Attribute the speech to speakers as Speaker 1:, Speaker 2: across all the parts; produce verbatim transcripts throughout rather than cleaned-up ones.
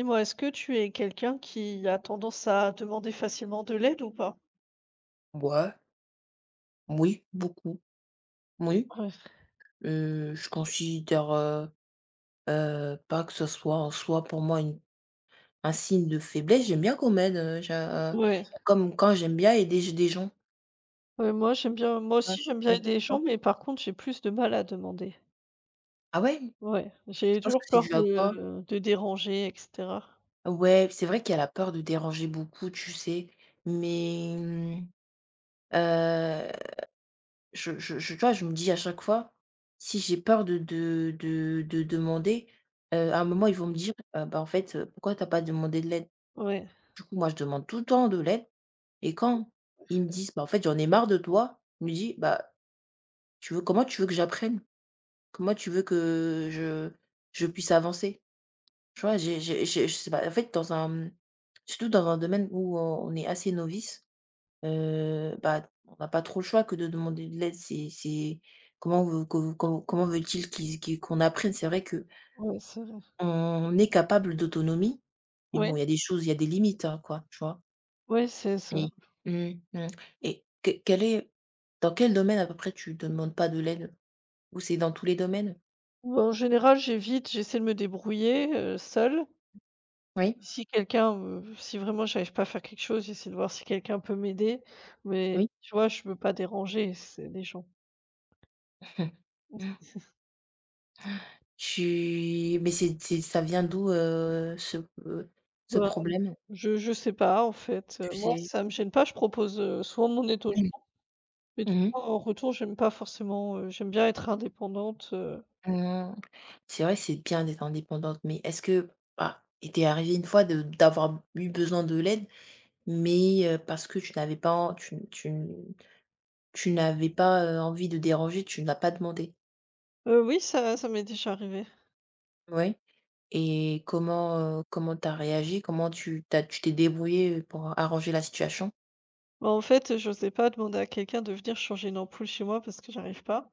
Speaker 1: Dis-moi, est-ce que tu es quelqu'un qui a tendance à demander facilement de l'aide ou pas?
Speaker 2: Ouais, oui beaucoup, oui.
Speaker 1: Ouais,
Speaker 2: Heu, je considère, heu heu, pas que ce soit en soi pour moi une un signe de faiblesse. J'aime bien qu'on m'aide, heu, j'a euh,
Speaker 1: ouais,
Speaker 2: comme quand j'aime bien aider des gens.
Speaker 1: ouais, moi j'aime bien, moi
Speaker 2: Mmh,
Speaker 1: aussi j'aime bien
Speaker 2: mmh,
Speaker 1: aider les
Speaker 2: tu
Speaker 1: gens,
Speaker 2: vois?
Speaker 1: mais par contre j'ai plus de mal à demander.
Speaker 2: Ah ouais? Je
Speaker 1: Ouais, j'ai
Speaker 2: pense que
Speaker 1: toujours
Speaker 2: c'est
Speaker 1: peur
Speaker 2: dû à quoi?
Speaker 1: de, de déranger, et cetera.
Speaker 2: Ouais, c'est vrai qu'il y a la peur de déranger beaucoup, tu sais? Mais, mmh, heu, je je je tu vois, je me dis à chaque fois, si j'ai peur de de de de demander, heu, à un moment ils vont me dire: «Heu, bah, en fait, heu, pourquoi t'as pas demandé de l'aide?»
Speaker 1: Ouais,
Speaker 2: Du coup, moi, je demande tout le temps de l'aide et quand ils me disent: «Bah, en fait, j'en ai marre de toi», je me dis: «Bah, tu veux comment tu veux que j'apprenne? Comment tu veux que je je puisse avancer?» Tu vois? J'ai j'ai j'ai Je sais pas, en fait, dans un, mmh, surtout dans un domaine où on est assez novice, heu, bah, on n'a pas trop le choix que de demander de l'aide. C'est c'est comment veux que com comment veulent-ils qu'ils qu'ils qu'on apprenne? C'est vrai que
Speaker 1: ouais, c'est vrai.
Speaker 2: on est capable d'autonomie, mais
Speaker 1: Ouais,
Speaker 2: bon, il y a des choses, il y a des limites, hein, quoi, tu vois?
Speaker 1: ouais, c'est c'est vrai.
Speaker 2: Oui. Mmh mh. Et que quel est Dans quel domaine à peu près tu demandes pas de l'aide? Ou c'est dans tous les domaines?
Speaker 1: Bon, en général, j'évite, j'essaie de me débrouiller euh, seule.
Speaker 2: Oui?
Speaker 1: Si quelqu'un, me- si vraiment j'arrive pas à faire quelque chose, j'essaie de voir si quelqu'un peut m'aider. Mais
Speaker 2: Oui?
Speaker 1: tu vois, je veux pas déranger, c'est des gens.
Speaker 2: Tu Mais c'est c'est ça vient d'où, heu, ce, heu, ce
Speaker 1: Bah,
Speaker 2: problème?
Speaker 1: Je je sais pas en fait, heu,
Speaker 2: Tu
Speaker 1: moi
Speaker 2: sais?
Speaker 1: ça me gêne pas, je propose, heu, souvent mon étoge
Speaker 2: Mmh.
Speaker 1: mais tu
Speaker 2: Mmh mh.
Speaker 1: vois en retour j'aime pas forcément, heu, j'aime bien être indépendante, heu
Speaker 2: Mmh. C'est vrai, c'est bien d'être indépendante, mais est-ce que bah, il t'est arrivé une fois de d'avoir eu besoin de l'aide, mais heu, parce que tu n'avais pas en tu tu tu n'avais pas, heu, envie de déranger, tu ne l'as pas demandé?
Speaker 1: heu, oui ça ça m'est déjà arrivé.
Speaker 2: Oui? Et comment, heu, comment t'as réagi? Comment tu t'as tu t'es débrouillé pour arranger la situation?
Speaker 1: Bah, en fait, j'osais pas demander à quelqu'un de venir changer une ampoule chez moi parce que j'arrive pas.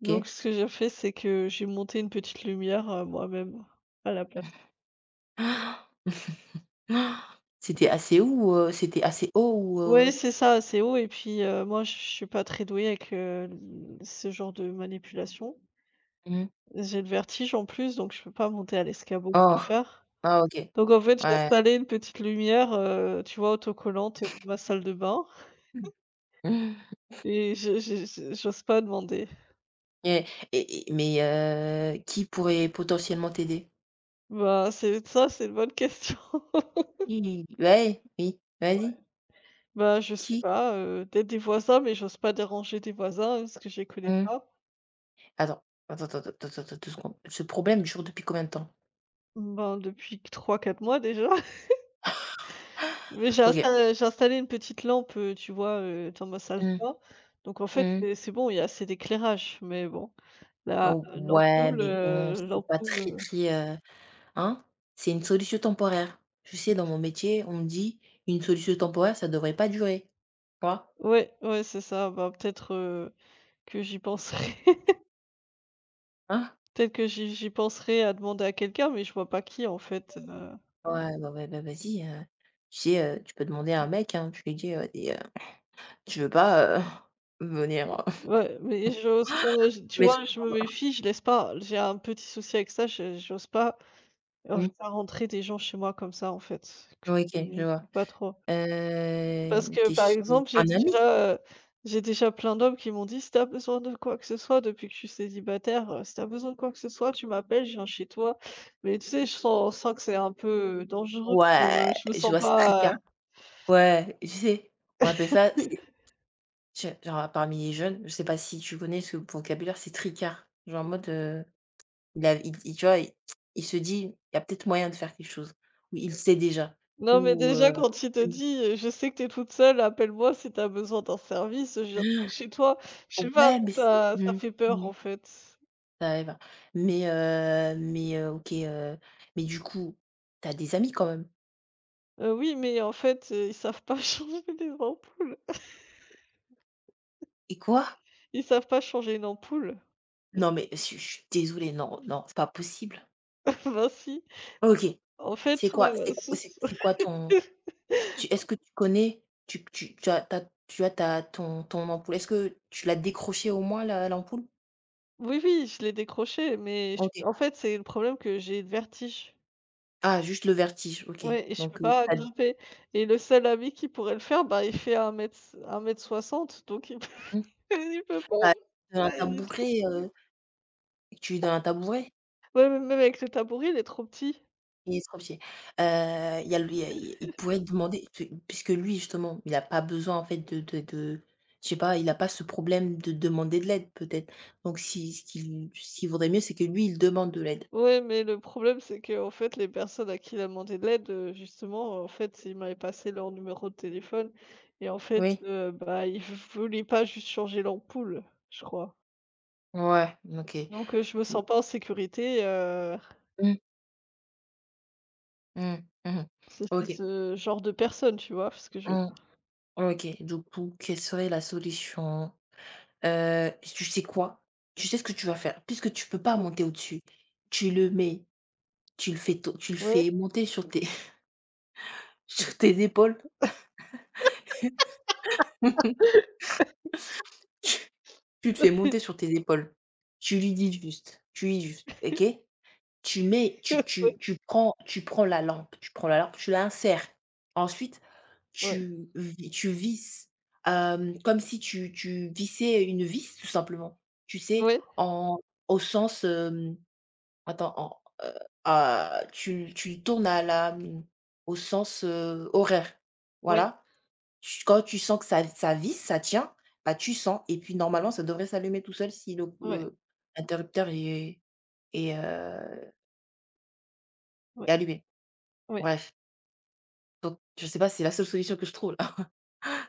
Speaker 1: Donc
Speaker 2: OK.
Speaker 1: ce que j'ai fait, c'est que j'ai monté une petite lumière, heu, moi-même à la place.
Speaker 2: Ah, ah. C'était assez haut ou, heu, c'était assez haut ou,
Speaker 1: Ouais
Speaker 2: heu?
Speaker 1: c'est ça, assez haut et puis, heu, moi je suis pas très douée avec, heu, l ce genre de manipulation.
Speaker 2: Mmh.
Speaker 1: J'ai le vertige en plus donc je peux pas monter à l'escabeau pour
Speaker 2: Oh!
Speaker 1: le faire.
Speaker 2: Ah OK.
Speaker 1: Donc en fait, j'ai
Speaker 2: Ouais.
Speaker 1: installé une petite lumière, heu, tu vois, autocollante de ma salle de bain
Speaker 2: Mhm.
Speaker 1: et je je je j'ose pas demander.
Speaker 2: Et et et mais, heu, qui pourrait potentiellement t'aider?
Speaker 1: Bah, c'est ça, c'est une bonne question.
Speaker 2: Qui? Ouais, oui,
Speaker 1: Ouais.
Speaker 2: vas-y.
Speaker 1: Bah, je sais
Speaker 2: Qui?
Speaker 1: pas, heu, peut-être des voisins, mais j'ose pas déranger des voisins parce que je les connais
Speaker 2: Mmh.
Speaker 1: pas.
Speaker 2: Attends, attends, attends, attends, attends, attends deux secondes. Ce problème dure depuis combien de temps?
Speaker 1: Ben, depuis trois quatre mois déjà. Mais j'ai
Speaker 2: OK.
Speaker 1: insta j'ai installé une petite lampe, heu, tu vois, heu, dans ma salle de
Speaker 2: Mmh.
Speaker 1: bain. Donc en fait,
Speaker 2: Mmh.
Speaker 1: c'est c'est bon, il y a assez d'éclairage, mais bon, la
Speaker 2: Oh
Speaker 1: euh,
Speaker 2: ouais,
Speaker 1: l'ampoule,
Speaker 2: mais bon,
Speaker 1: heu,
Speaker 2: c'est pas
Speaker 1: l'ampoule,
Speaker 2: très,
Speaker 1: heu
Speaker 2: très, heu Hein? C'est une solution temporaire. Je sais, dans mon métier, on me dit: «Une solution temporaire, ça devrait pas durer». Tu vois?
Speaker 1: Ouais, ouais, c'est ça. Bah, peut-être, heu Que j'y penserai.
Speaker 2: Hein?
Speaker 1: Peut-être que j'y j'y penserai à demander à quelqu'un, mais je vois pas qui en fait, heu,
Speaker 2: Ouais, bah, ouais, bah, vas-y, heu, tu sais, heu, tu peux demander à un mec, hein, tu lui dis, heu: «Et heu, tu veux pas, heu, venir, heu,
Speaker 1: ouais, mais j'ose pas, j tu
Speaker 2: mettre
Speaker 1: vois?
Speaker 2: une
Speaker 1: Je me
Speaker 2: jambe?»
Speaker 1: méfie, je laisse pas. J'ai un petit souci avec ça, je j'ose pas, heu,
Speaker 2: Mmh.
Speaker 1: faire rentrer des gens chez moi comme ça en fait, que je
Speaker 2: Ouais, OK, je
Speaker 1: connais
Speaker 2: vois.
Speaker 1: pas trop. Parce
Speaker 2: Hem,
Speaker 1: que par
Speaker 2: qu'est-ce qui
Speaker 1: exemple, j'ai
Speaker 2: un ami?
Speaker 1: déjà, heu, j'ai déjà plein d'hommes qui m'ont dit: «Si t'as besoin de quoi que ce soit depuis que je suis célibataire, heu, si t'as besoin de quoi que ce soit, tu m'appelles, je viens chez toi». Mais tu sais, je sens sens que c'est un peu dangereux, heu,
Speaker 2: Ouais,
Speaker 1: je me
Speaker 2: je
Speaker 1: sens
Speaker 2: vois, c'est
Speaker 1: pas
Speaker 2: tricard. Ouais, tu sais, on appelle ça, c'est tu genre, parmi les jeunes, je sais pas si tu connais ce vocabulaire, c'est tricard. Genre en mode, heu Il a il il Tu vois, il il se dit: «Il y a peut-être moyen de faire quelque chose». Ou il sait déjà.
Speaker 1: Non, mais
Speaker 2: Ou,
Speaker 1: déjà
Speaker 2: heu
Speaker 1: quand il te
Speaker 2: mmh.
Speaker 1: dit, heu: «Je sais que tu es toute seule, appelle-moi si tu as besoin d'un service, je viendrai chez toi». Je sais pas,
Speaker 2: Ouais, mais c'est
Speaker 1: ça ça
Speaker 2: mmh,
Speaker 1: fait peur
Speaker 2: mmh,
Speaker 1: en fait.
Speaker 2: tu arrives. Mais, heu, mais, heu, OK, heu, mais du coup, t'as des amis quand même?
Speaker 1: Heu, oui, mais en fait, heu, ils savent pas changer des ampoules.
Speaker 2: Et quoi?
Speaker 1: Ils savent pas changer une ampoule.
Speaker 2: Non mais je suis je suis désolée, non, non, c'est pas possible.
Speaker 1: Bah si,
Speaker 2: OK,
Speaker 1: en fait,
Speaker 2: c'est quoi c'est
Speaker 1: heu,
Speaker 2: q
Speaker 1: sous
Speaker 2: c'est c'est quoi ton tu est-ce que tu connais, tu tu tu as tu as tu as ta ton ton ampoule? Est-ce que tu l'as décroché au moins la l'ampoule?
Speaker 1: oui, oui, je l'ai décroché, mais je
Speaker 2: OK.
Speaker 1: en fait, c'est le problème que j'ai le vertige.
Speaker 2: Ah juste le vertige, OK.
Speaker 1: Ouais et je peux
Speaker 2: Donc heu,
Speaker 1: pas
Speaker 2: tu as
Speaker 1: grimper et le seul ami qui pourrait le faire, bah, il fait un mètre un mètre soixante donc il peut
Speaker 2: Mmh.
Speaker 1: il peut pas.
Speaker 2: Bah, dans un
Speaker 1: Ah, il est trop
Speaker 2: tabouret, heu, tu es dans un tabouret
Speaker 1: ouais, même même avec le tabouret, il est trop petit.
Speaker 2: et estropié. Heu, il y a le il y a il il pourrait te demander tu puisque lui justement, il a pas besoin en fait de de de je sais pas, il a pas ce problème de demander de l'aide peut-être. Donc si ce qu'il ce qu'il vaudrait mieux, c'est que lui, il demande de l'aide.
Speaker 1: Ouais, mais le problème, c'est que en fait, les personnes à qui il a demandé de l'aide, heu, justement, en fait, ils m'avaient passé leur numéro de téléphone et en fait,
Speaker 2: Oui?
Speaker 1: heu, bah, ils voulaient pas juste changer l'ampoule, je crois.
Speaker 2: Ouais, OK.
Speaker 1: Donc, heu, je me
Speaker 2: Bon.
Speaker 1: sens pas en sécurité, heu,
Speaker 2: Mmh, mmh, mmh mh.
Speaker 1: c'est c'est
Speaker 2: OK.
Speaker 1: ce genre de personne, tu vois? Parce que je
Speaker 2: Mmh, OK. Du coup, quelle serait la solution? Heu, tu sais quoi? Tu sais ce que tu vas faire, puisque tu peux pas monter au-dessus, tu le mets, tu le fais to tu le
Speaker 1: ouais,
Speaker 2: fais monter sur tes sur tes épaules. Tu tu le fais monter sur tes épaules. Tu lui dis juste tu lui dis juste: «OK?» Tu mets
Speaker 1: ouais,
Speaker 2: tu tu
Speaker 1: ouais,
Speaker 2: tu prends tu prends la lampe tu prends la lampe, tu l'insères. Ensuite,
Speaker 1: ouais,
Speaker 2: tu vi tu visses, hem, comme si tu tu vissais une vis, tout simplement. Tu sais,
Speaker 1: ouais,
Speaker 2: en au sens, Attends, en heu, ah, tu tu tournes à la, mmh, au sens, heu, horaire.
Speaker 1: ouais,
Speaker 2: Voilà. Ch Quand tu sens que ça ça visse, ça tient, bah, tu sens et puis normalement ça devrait s'allumer tout seul si le
Speaker 1: ouais,
Speaker 2: le l'interrupteur est est, heu,
Speaker 1: ouais,
Speaker 2: est allumé.
Speaker 1: ouais,
Speaker 2: Bref, donc je sais pas, c'est la seule solution que je trouve là.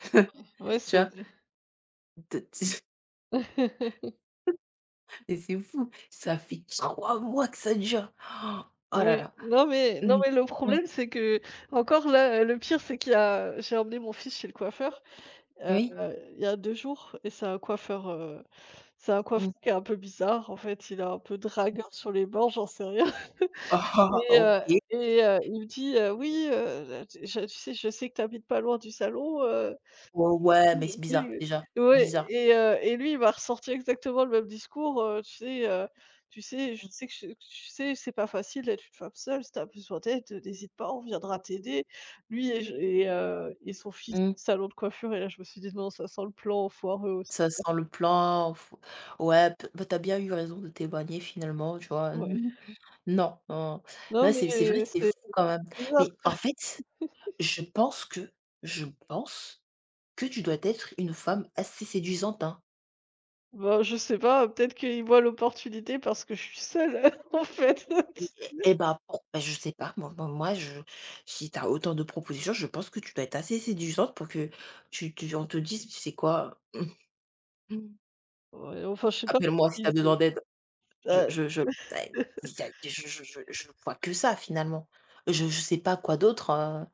Speaker 1: ouais,
Speaker 2: Tu
Speaker 1: c'est
Speaker 2: vois?
Speaker 1: vrai.
Speaker 2: De tu Mais c'est fou, ça fait trois mois que ça dure. Oh là
Speaker 1: Oui,
Speaker 2: là.
Speaker 1: non mais non
Speaker 2: Mmh.
Speaker 1: mais le
Speaker 2: Mmh.
Speaker 1: problème c'est que encore là, heu, le pire c'est qu'il y a j'ai emmené mon fils chez le coiffeur, heu,
Speaker 2: Oui?
Speaker 1: il y a deux jours et c'est un coiffeur, heu, c'est un coiffeur
Speaker 2: Mm.
Speaker 1: qui est un peu bizarre en fait, il a un peu dragueur sur les bords, j'en sais rien
Speaker 2: Ah ah, ah,
Speaker 1: et heu
Speaker 2: OK.
Speaker 1: et heu, il me dit: «Heu, oui, heu, je tu sais, je sais que tu habites pas loin du salon, euh,
Speaker 2: Oh ouais, mais
Speaker 1: oui,
Speaker 2: c'est
Speaker 1: oui,
Speaker 2: bizarre,
Speaker 1: oui.
Speaker 2: déjà,
Speaker 1: Ouais
Speaker 2: bizarre.
Speaker 1: et heu et lui, il m'a ressorti exactement le même discours, heu, tu sais, heu, tu sais, je sais que je tu sais, c'est pas facile d'être une femme seule, si tu as besoin d'aide, n'hésite pas, on viendra t'aider. Lui et je et heu et son fils,
Speaker 2: Mmh.
Speaker 1: salon de coiffure et là, je me suis dit: «Non, ça sent le plan foireux aussi».
Speaker 2: Ça sent le plan, faut ouais, p bah, tu bien eu raison de t'éloigner finalement, tu vois?
Speaker 1: Ouais.
Speaker 2: Non, non,
Speaker 1: Non,
Speaker 2: non, c'est c'est vrai
Speaker 1: mais
Speaker 2: que c'est
Speaker 1: c'est
Speaker 2: fou quand même. Mais
Speaker 1: bizarre.
Speaker 2: en fait, je pense que je pense que tu dois être une femme assez séduisante, hein?
Speaker 1: Bah, je sais pas, peut-être qu'il voit l'opportunité parce que je suis seule, en fait.
Speaker 2: Et et bah, pour bah, je sais pas, moi moi moi je si t'as autant de propositions, je pense que tu dois être assez séduisante pour que tu tu on te dise: «Tu sais quoi?
Speaker 1: Ouais, enfin, je sais pas.
Speaker 2: Appelle-moi si t'as
Speaker 1: Il-
Speaker 2: besoin d'aide». Je je je bah, y a je je je je vois que ça finalement. Je je sais pas quoi d'autre, heu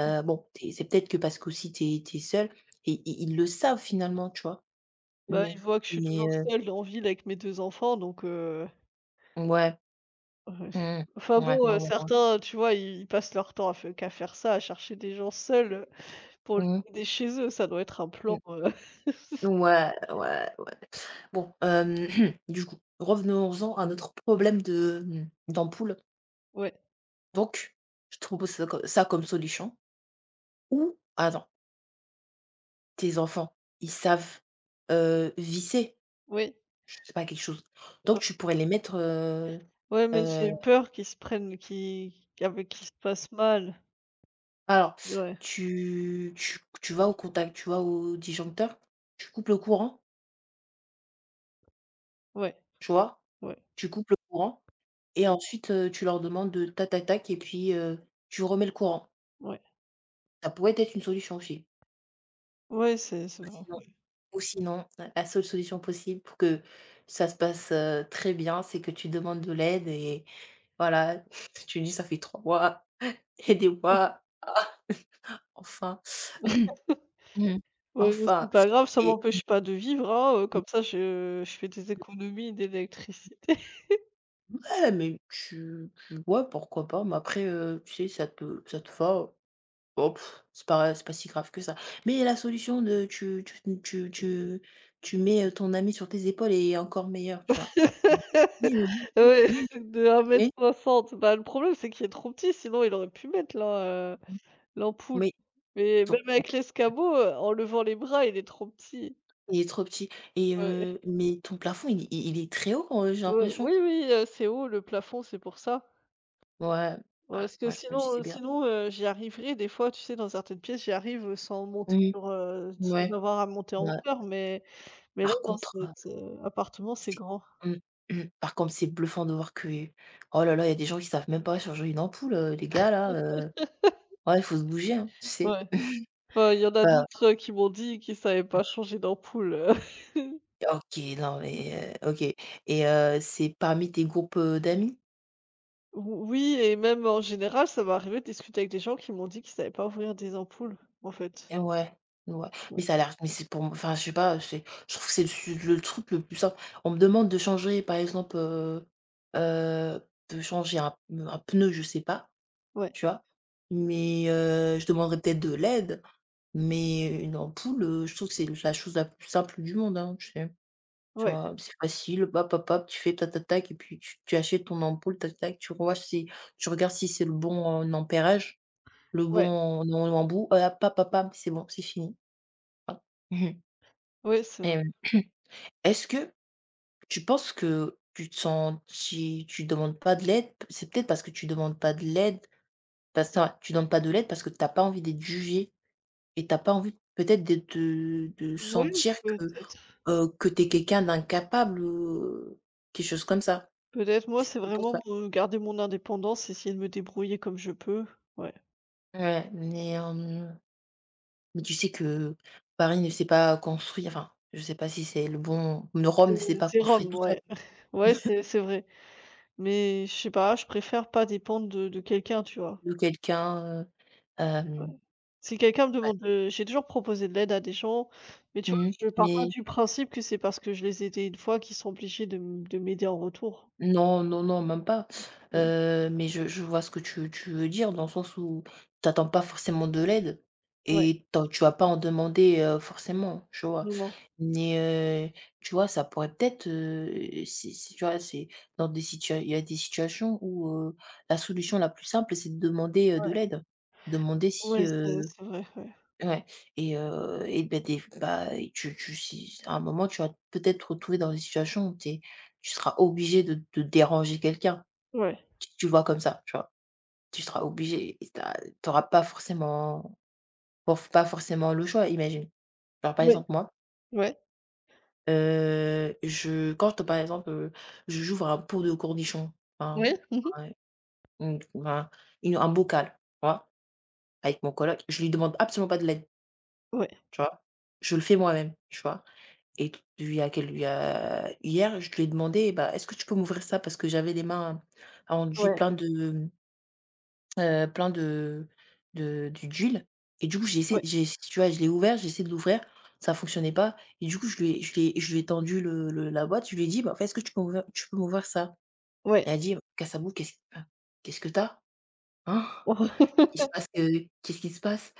Speaker 2: heu, bon, tu c'est peut-être que parce qu'aussi tu es tu es seul et i ils le savent finalement, tu vois?
Speaker 1: Bah, ils
Speaker 2: Mais
Speaker 1: voient que je suis
Speaker 2: mais
Speaker 1: toujours
Speaker 2: heu,
Speaker 1: seule en ville avec mes deux enfants donc heu,
Speaker 2: ouais,
Speaker 1: ouais.
Speaker 2: mmh ouais,
Speaker 1: Enfin
Speaker 2: ouais,
Speaker 1: bon, heu,
Speaker 2: ouais, ouais.
Speaker 1: certains, tu vois, ils ils passent leur temps à fai qu'à faire ça, à chercher des gens seuls, pour les
Speaker 2: Mmh mh.
Speaker 1: aider chez eux. Ça doit être un plan, heu
Speaker 2: Ouais, ouais, ouais. Bon, hem, du coup, revenons-en à notre problème de, mmh, d'ampoule.
Speaker 1: ouais,
Speaker 2: Donc, je te propose ça co ça comme solution ou attends, tes enfants, ils savent, heu, visser?
Speaker 1: oui,
Speaker 2: Je sais pas quelque chose. Donc
Speaker 1: ouais.
Speaker 2: tu pourrais les mettre, heu
Speaker 1: Ouais, mais
Speaker 2: heu,
Speaker 1: j'ai peur qu'ils se prennent qu'ils qu'avec qu'ils se passent mal.
Speaker 2: alors
Speaker 1: Ouais,
Speaker 2: tu tu tu vas au contact, tu vas au disjoncteur, tu coupes le courant,
Speaker 1: ouais,
Speaker 2: tu vois?
Speaker 1: ouais,
Speaker 2: Tu coupes le courant et ensuite, heu, tu leur demandes de tac tac tac et puis, heu, tu remets le courant.
Speaker 1: ouais.
Speaker 2: Ça pourrait être une solution aussi.
Speaker 1: Ouais, c'est c'est
Speaker 2: Ou
Speaker 1: vrai.
Speaker 2: sinon ou sinon, la seule solution possible pour que ça se passe, heu, très bien, c'est que tu demandes de l'aide et voilà, tu dis: «Ça fait trois mois, aidez-moi, enfin». Mmh.
Speaker 1: Ouais, mais c'est
Speaker 2: Enfin
Speaker 1: pas grave, ça
Speaker 2: et
Speaker 1: m'empêche pas de vivre, hein, heu, comme ça je je fais des économies d'électricité.
Speaker 2: ouais, mais tu tu vois pourquoi pas, mais après, heu, tu sais, ça te ça te va, bon, pff, c'est pas c'est pas si grave que ça. Mais la solution de tu tu tu tu tu mets, ton ami sur tes épaules et est encore meilleure, tu vois? Mmh. Oui, oui, oui,
Speaker 1: Ouais,
Speaker 2: oui, oui.
Speaker 1: de 1 m
Speaker 2: Oui,
Speaker 1: 60. Bah, le problème, c'est qu'il est trop petit, sinon il aurait pu mettre l'am heu,
Speaker 2: Mmh.
Speaker 1: l'ampoule.
Speaker 2: mais
Speaker 1: Mais
Speaker 2: ton
Speaker 1: même
Speaker 2: ton
Speaker 1: avec l'escabeau, heu, en levant les bras, il est trop petit.
Speaker 2: il est trop petit et
Speaker 1: Ouais,
Speaker 2: heu, mais ton plafond, il est il est très haut, heu, j'ai
Speaker 1: ouais, oui,
Speaker 2: l'impression?
Speaker 1: oui, heu, c'est haut le plafond, c'est pour ça.
Speaker 2: Ouais,
Speaker 1: Ouais,
Speaker 2: ouais,
Speaker 1: Parce que
Speaker 2: ouais, je me
Speaker 1: sinon,
Speaker 2: disais
Speaker 1: euh,
Speaker 2: bien.
Speaker 1: sinon, heu, j'y arriverai des fois, tu sais, dans certaines pièces, j'y arrive, sans monter
Speaker 2: Mmh,
Speaker 1: sur, heu, sans
Speaker 2: ouais,
Speaker 1: avoir à monter en
Speaker 2: ouais.
Speaker 1: hauteur, mais mais là,
Speaker 2: Par
Speaker 1: dans
Speaker 2: contre,
Speaker 1: cet, heu, appartement, c'est
Speaker 2: C'est
Speaker 1: grand.
Speaker 2: mmh, mmh. Par contre, c'est bluffant de voir que oh là là, il y a des gens qui savent même pas changer une ampoule, heu, les gars là, heu, ouais, il faut se bouger, hein, tu sais?
Speaker 1: Ouais. Enfin, il y en a
Speaker 2: Bah,
Speaker 1: d'autres, heu, qui m'ont dit qu'ils savaient pas changer d'ampoule. euh.
Speaker 2: OK, non mais, heu, OK et heu, c'est parmi tes groupes, heu, d'amis?
Speaker 1: Ou oui et même en général, ça m'est arrivé de discuter avec des gens qui m'ont dit qu'ils savaient pas ouvrir des ampoules, en fait.
Speaker 2: Et ouais, ouais, mais
Speaker 1: Ouais,
Speaker 2: ça a l'air mais c'est pour m enfin, je sais pas, c'est je trouve que c'est le su le truc le plus simple. On me demande de changer, par exemple, heu heu, de changer un un pneu, je sais pas.
Speaker 1: ouais,
Speaker 2: Tu vois? Mais heu, je demanderais peut-être de l'aide, mais une ampoule, heu, je trouve que c'est la chose la plus simple du monde, hein, tu sais? Tu
Speaker 1: ouais,
Speaker 2: vois? C'est facile, hop, hop, hop, tu fais ta ta tac et puis tu tu achètes ton ampoule, tac, tac, tu vois si tu regardes si c'est le bon, heu, ampérage, le
Speaker 1: ouais,
Speaker 2: bon nom embout, heu, hop, hop, hop, hop, c'est bon, c'est fini. Voilà. Mmh.
Speaker 1: ouais, c'est
Speaker 2: Et
Speaker 1: vrai.
Speaker 2: hem, est-ce que tu penses que tu te sens si tu demandes pas de l'aide, c'est peut-être parce que tu demandes pas de l'aide, parce que tu demandes pas de l'aide parce que t'as pas envie d'être jugé. Et t'as pas envie peut-être de de de
Speaker 1: Ouais,
Speaker 2: sentir que,
Speaker 1: peut-être.
Speaker 2: heu, que tu es quelqu'un d'incapable, ou euh, quelque chose comme ça.
Speaker 1: Peut-être, moi,
Speaker 2: C'est
Speaker 1: c'est
Speaker 2: peut-être pour
Speaker 1: vraiment
Speaker 2: ça.
Speaker 1: me garder mon indépendance, essayer de me débrouiller comme je peux, ouais.
Speaker 2: Ouais, mais hem, mais tu sais que Paris ne s'est pas construit, enfin, je sais pas si c'est le bon Rome
Speaker 1: C'est
Speaker 2: ne s'est pas
Speaker 1: c'est
Speaker 2: construit
Speaker 1: Rome,
Speaker 2: tout seul,
Speaker 1: ouais. Ouais, c'est c'est vrai. Mais je sais pas, je préfère pas dépendre de de quelqu'un, tu vois?
Speaker 2: de quelqu'un, heu,
Speaker 1: Ouais.
Speaker 2: hem,
Speaker 1: Si quelqu'un me
Speaker 2: ouais.
Speaker 1: demande de J'ai toujours proposé de l'aide à des gens, mais tu vois,
Speaker 2: Mmh,
Speaker 1: je pars pas
Speaker 2: mais
Speaker 1: du principe que c'est parce que je les ai aidés une fois qu'ils sont obligés de m de m'aider en retour.
Speaker 2: non, non, non, même pas,
Speaker 1: Ouais,
Speaker 2: heu, mais je je vois ce que tu tu veux dire dans le sens où t'attends pas forcément de l'aide
Speaker 1: ouais,
Speaker 2: et tu tu vas pas en demander, heu, forcément, tu vois?
Speaker 1: moment.
Speaker 2: Mais, heu, tu vois, ça pourrait peut-être, heu, si si tu vois, c'est dans des situations, il y a des situations où, heu, la solution la plus simple, c'est de demander, heu,
Speaker 1: Ouais,
Speaker 2: de l'aide. Demander si,
Speaker 1: ouais, c'est
Speaker 2: heu
Speaker 1: c'est vrai, ouais.
Speaker 2: Ouais, et heu et ben des bah, et tu tu si à un moment, tu vas peut-être te retrouver dans des situations où t'es tu seras obligé de de déranger quelqu'un.
Speaker 1: Ouais.
Speaker 2: Tu tu vois comme ça, tu vois? Tu seras obligé et tu as pas forcément porf pas forcément le choix, imagine. Genre, par
Speaker 1: Ouais,
Speaker 2: exemple, moi,
Speaker 1: ouais,
Speaker 2: heu, je quand, je, par exemple, heu, je j'ouvre un pot de cornichons, hein.
Speaker 1: ouais. Mmh.
Speaker 2: Ouais, mmh, ben, une un bocal, tu vois? Avec mon coloc, je lui demande absolument pas de l'aide,
Speaker 1: Ouais,
Speaker 2: tu vois? Je le fais moi-même, tu vois? Et t il y a quel Il y a hier, je lui ai demandé: «Bah, est-ce que tu peux m'ouvrir ça?» parce que j'avais les mains enduit
Speaker 1: ouais,
Speaker 2: plein de, heu, plein de de du d'huile, et du coup, j'ai essayé
Speaker 1: ouais,
Speaker 2: j'ai si tu vois, je l'ai ouvert, j'ai essayé de l'ouvrir, ça fonctionnait pas, et du coup, je lui ai je lui ai je lui ai tendu le le la boîte, je lui ai dit: «Bah, en fait, est-ce que tu peux m'ouvrir tu peux m'ouvrir ça?»
Speaker 1: ouais.
Speaker 2: Elle a dit: «Kassabou, qu'est-ce ah, qu'est-ce que t'as? Hein?» Il se passe, heu, qu'est-ce qui se passe?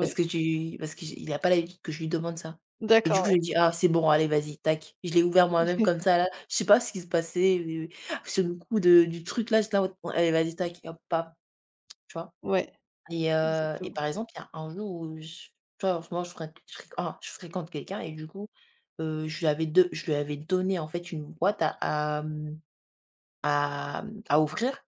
Speaker 2: Parce que tu parce que j'ai il a pas l'habitude que je lui demande ça, et du coup,
Speaker 1: d'accord,
Speaker 2: j'ai dit: «Ah, c'est bon, allez, vas-y, tac». Je l'ai ouvert moi-même
Speaker 1: ouais.
Speaker 2: comme ça, là. Je sais pas ce qui se passait, heu, sur le coup de du truc, là, j'étais là en mode: «Bon, allez, vas-y, tac», hop, pam, tu vois?
Speaker 1: Ouais,
Speaker 2: Et heu et
Speaker 1: exactement.
Speaker 2: par exemple, il y a un jour où je tu vois, en ce moment, je fréquente je fré ah, je fréquente quelqu'un, et du coup, heu, je lui avais de je lui avais donné, en fait, une boîte à à, mmh, à, mmh, à ouvrir,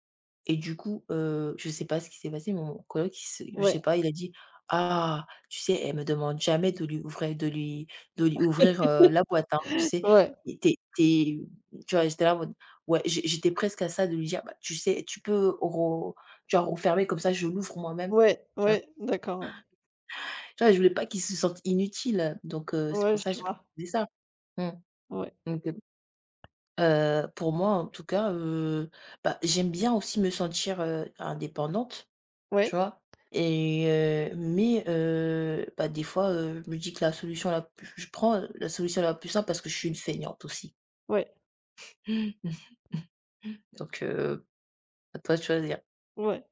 Speaker 2: et du coup, heu, je sais pas ce qui s'est passé, mon coloc, il se je
Speaker 1: Ouais,
Speaker 2: sais pas, il a dit: «Ah, tu sais, elle me demande jamais de lui ouvrir de lui de lui ouvrir, heu, la boîte, hein», tu sais?
Speaker 1: ouais,
Speaker 2: Et t'es es Tu vois? J'étais là en mode, ouais, j'é j'étais presque à ça de lui dire: «Bah, tu sais, tu peux ro tu vois, refermer comme ça, je l'ouvre moi-même»,
Speaker 1: ouais,
Speaker 2: tu vois?
Speaker 1: ouais, d'accord, ouais.
Speaker 2: Tu vois? Je voulais pas qu'il se sente inutile, donc heu, c'est
Speaker 1: Ouais,
Speaker 2: pour ça
Speaker 1: je
Speaker 2: que j'ai
Speaker 1: vois.
Speaker 2: proposé ça. Mmh,
Speaker 1: Ouais,
Speaker 2: donc heu heu, pour moi, en tout cas, heu, bah, j'aime bien aussi me sentir, heu, indépendante.
Speaker 1: ouais,
Speaker 2: Tu vois? Et heu, mais heu, bah, des fois, heu, je me dis que la solution la plus je prends la solution la plus simple parce que je suis une feignante aussi.
Speaker 1: ouais,
Speaker 2: Donc heu, à toi de choisir.
Speaker 1: ouais.